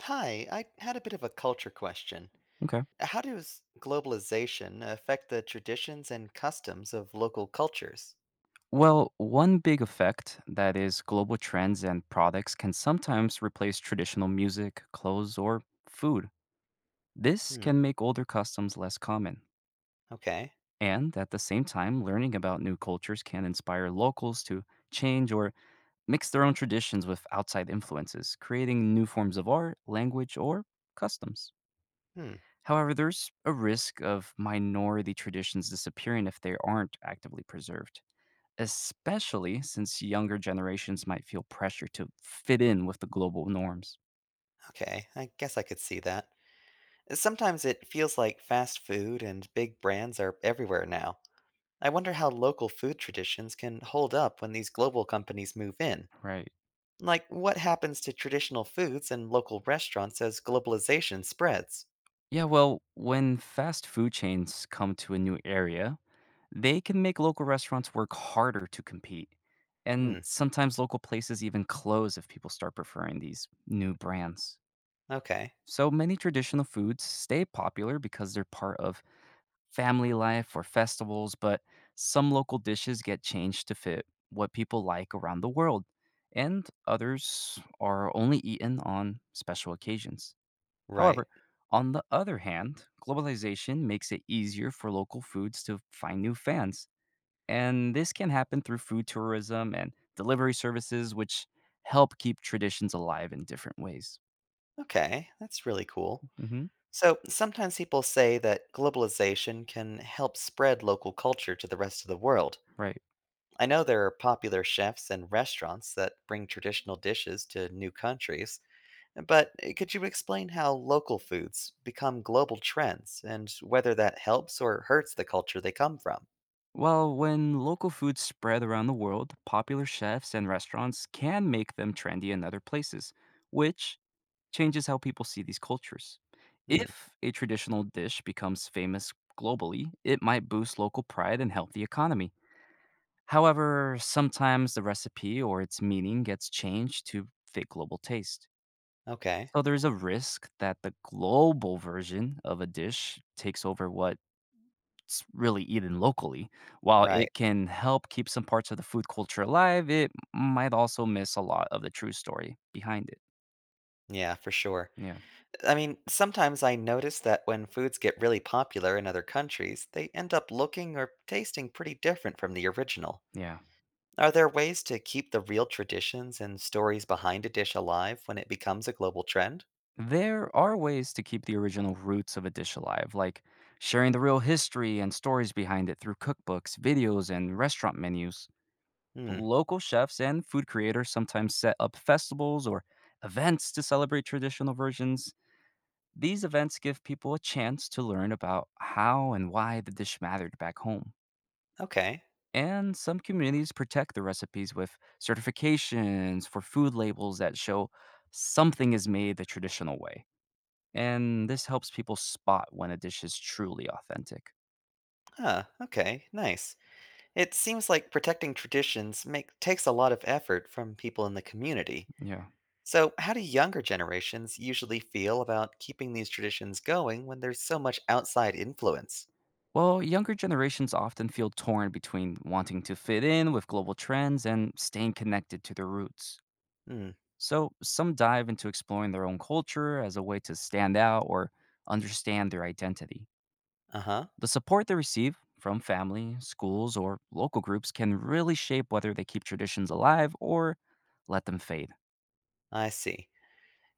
Hi, I had a bit of a culture question. Okay. How does globalization affect the traditions and customs of local cultures? Well, one big effect that is global trends and products can sometimes replace traditional music, clothes, or food. This Hmm, can make older customs less common. okay. And at the same time, learning about new cultures can inspire locals to change or mix their own traditions with outside influences, creating new forms of art, language, or customs. Hmm, However, there's a risk of minority traditions disappearing if they aren't actively preserved. Especially since younger generations might feel pressure to fit in with the global norms. okay. I guess I could see that. Sometimes it feels like fast food and big brands are everywhere now. I wonder how local food traditions can hold up when these global companies move in. Right. Like, what happens to traditional foods and local restaurants as globalization spreads? Yeah, well, when fast food chains come to a new area, they can make local restaurants work harder to compete. And Hmm, sometimes local places even close if people start preferring these new brands. okay. So many traditional foods stay popular because they're part of family life or festivals, but some local dishes get changed to fit what people like around the world, and others are only eaten on special occasions. Right. However, on the other hand, globalization makes it easier for local foods to find new fans. And this can happen through food tourism and delivery services, which help keep traditions alive in different ways. Okay, that's really cool. Hmm. So sometimes people say that globalization can help spread local culture to the rest of the world. Right. I know there are popular chefs and restaurants that bring traditional dishes to new countries, but could you explain how local foods become global trends and whether that helps or hurts the culture they come from? Well, when local foods spread around the world, popular chefs and restaurants can make them trendy in other places, which changes how people see these cultures. Hmm, If a traditional dish becomes famous globally, it might boost local pride and help the economy. However, sometimes the recipe or its meaning gets changed to fit global taste. okay. So there's a risk that the global version of a dish takes over what it's really eaten locally. While Right. it can help keep some parts of the food culture alive, it might also miss a lot of the true story behind it. Yeah, for sure. Yeah, I mean, sometimes I notice that when foods get really popular in other countries, they end up looking or tasting pretty different from the original. yeah. Are there ways to keep the real traditions and stories behind a dish alive when it becomes a global trend? There are ways to keep the original roots of a dish alive, like sharing the real history and stories behind it through cookbooks, videos, and restaurant menus. Hmm, Local chefs and food creators sometimes set up festivals or events to celebrate traditional versions. These events give people a chance to learn about how and why the dish mattered back home. okay. And some communities protect the recipes with certifications for food labels that show something is made the traditional way. And this helps people spot when a dish is truly authentic. Huh, okay, nice. It seems like takes a lot of effort from people in the community. Yeah. So, how do younger generations usually feel about keeping these traditions going when there's so much outside influence? Well, younger generations often feel torn between wanting to fit in with global trends and staying connected to their roots. Hmm, So, some dive into exploring their own culture as a way to stand out or understand their identity. uh huh. The support they receive from family, schools, or local groups can really shape whether they keep traditions alive or let them fade. I see.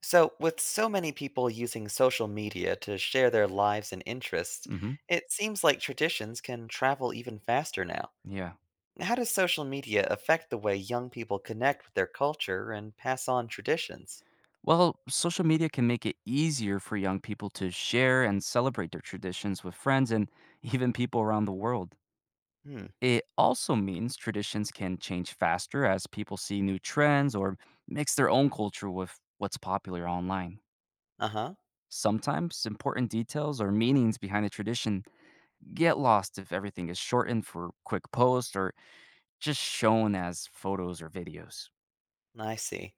So, with so many people using social media to share their lives and interests, Hmm. it seems like traditions can travel even faster now. Yeah. How does social media affect the way young people connect with their culture and pass on traditions? Well, social media can make it easier for young people to share and celebrate their traditions with friends and even people around the world. Hmm. It also means traditions can change faster as people see new trends or mix their own culture with what's popular online. Uh huh. Sometimes important details or meanings behind a tradition get lost if everything is shortened for quick posts or just shown as photos or videos. I see.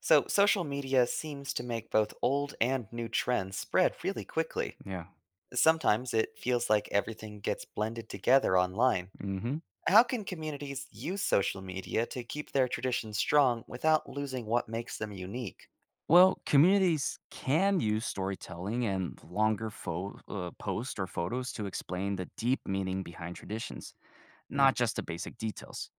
So, social media seems to make both old and new trends spread really quickly. Yeah. Sometimes it feels like everything gets blended together online. Hmm. How can communities use social media to keep their traditions strong without losing what makes them unique? Well, communities can use storytelling and longer posts or photos to explain the deep meaning behind traditions, Hmm, not just the basic details.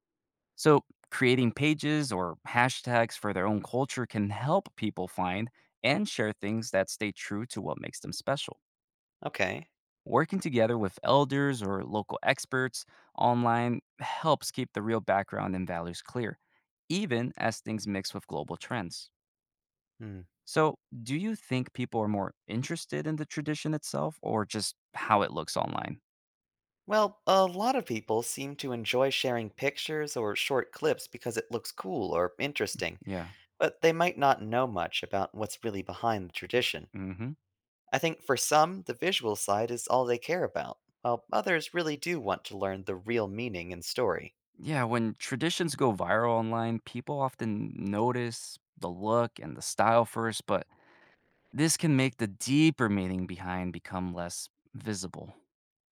So, creating pages or hashtags for their own culture can help people find and share things that stay true to what makes them special. okay. Working together with elders or local experts online helps keep the real background and values clear, even as things mix with global trends. Hmm. So, do you think people are more interested in the tradition itself or just how it looks online? Well, a lot of people seem to enjoy sharing pictures or short clips because it looks cool or interesting, Yeah. but they might not know much about what's really behind the tradition. Hmm. I think for some, the visual side is all they care about, while others really do want to learn the real meaning and story. Yeah, when traditions go viral online, people often notice the look and the style first, but this can make the deeper meaning behind become less visible.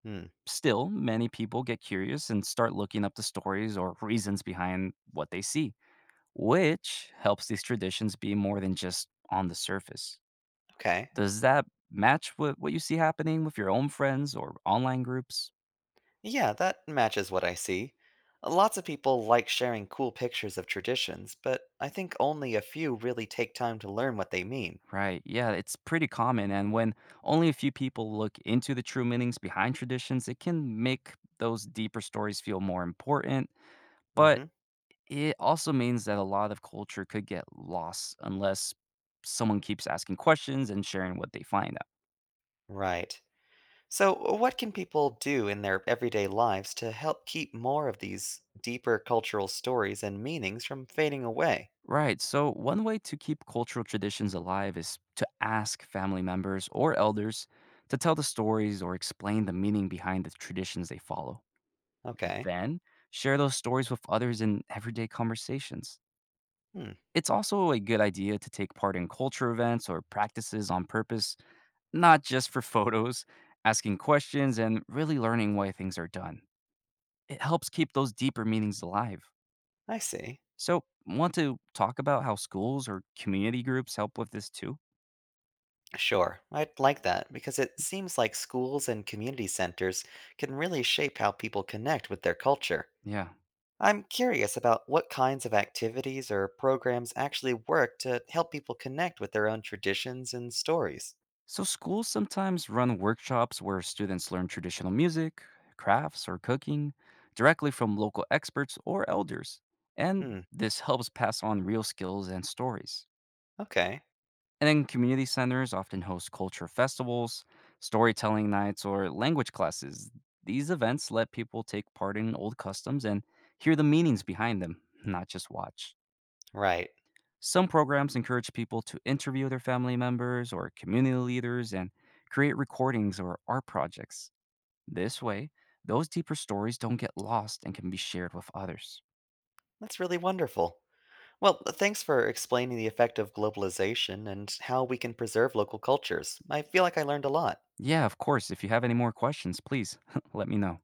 Hmm, Still, many people get curious and start looking up the stories or reasons behind what they see, which helps these traditions be more than just on the surface. okay. Does that match what you see happening with your own friends or online groups? Yeah, that matches what I see. Lots of people like sharing cool pictures of traditions, but I think only a few really take time to learn what they mean. Right, yeah, it's pretty common. And when only a few people look into the true meanings behind traditions, it can make those deeper stories feel more important. But Hmm. it also means that a lot of culture could get lost unless someone keeps asking questions and sharing what they find out. Right. So, what can people do in their everyday lives to help keep more of these deeper cultural stories and meanings from fading away? Right. So, one way to keep cultural traditions alive is to ask family members or elders to tell the stories or explain the meaning behind the traditions they follow. Okay. Then, share those stories with others in everyday conversations. Hmm, It's also a good idea to take part in culture events or practices on purpose, not just for photos, asking questions, and really learning why things are done. It helps keep those deeper meanings alive. I see. So, want to talk about how schools or community groups help with this too? Sure, I'd like that because it seems like schools and community centers can really shape how people connect with their culture. Yeah. I'm curious about what kinds of activities or programs actually work to help people connect with their own traditions and stories. So, schools sometimes run workshops where students learn traditional music, crafts, or cooking directly from local experts or elders. And Hmm, this helps pass on real skills and stories. okay, And then community centers often host culture festivals, storytelling nights, or language classes. These events let people take part in old customs and hear the meanings behind them, not just watch. right. Some programs encourage people to interview their family members or community leaders and create recordings or art projects. This way, those deeper stories don't get lost and can be shared with others. That's really wonderful. Well, thanks for explaining the effect of globalization and how we can preserve local cultures. I feel like I learned a lot. Yeah, of course. If you have any more questions, please let me know.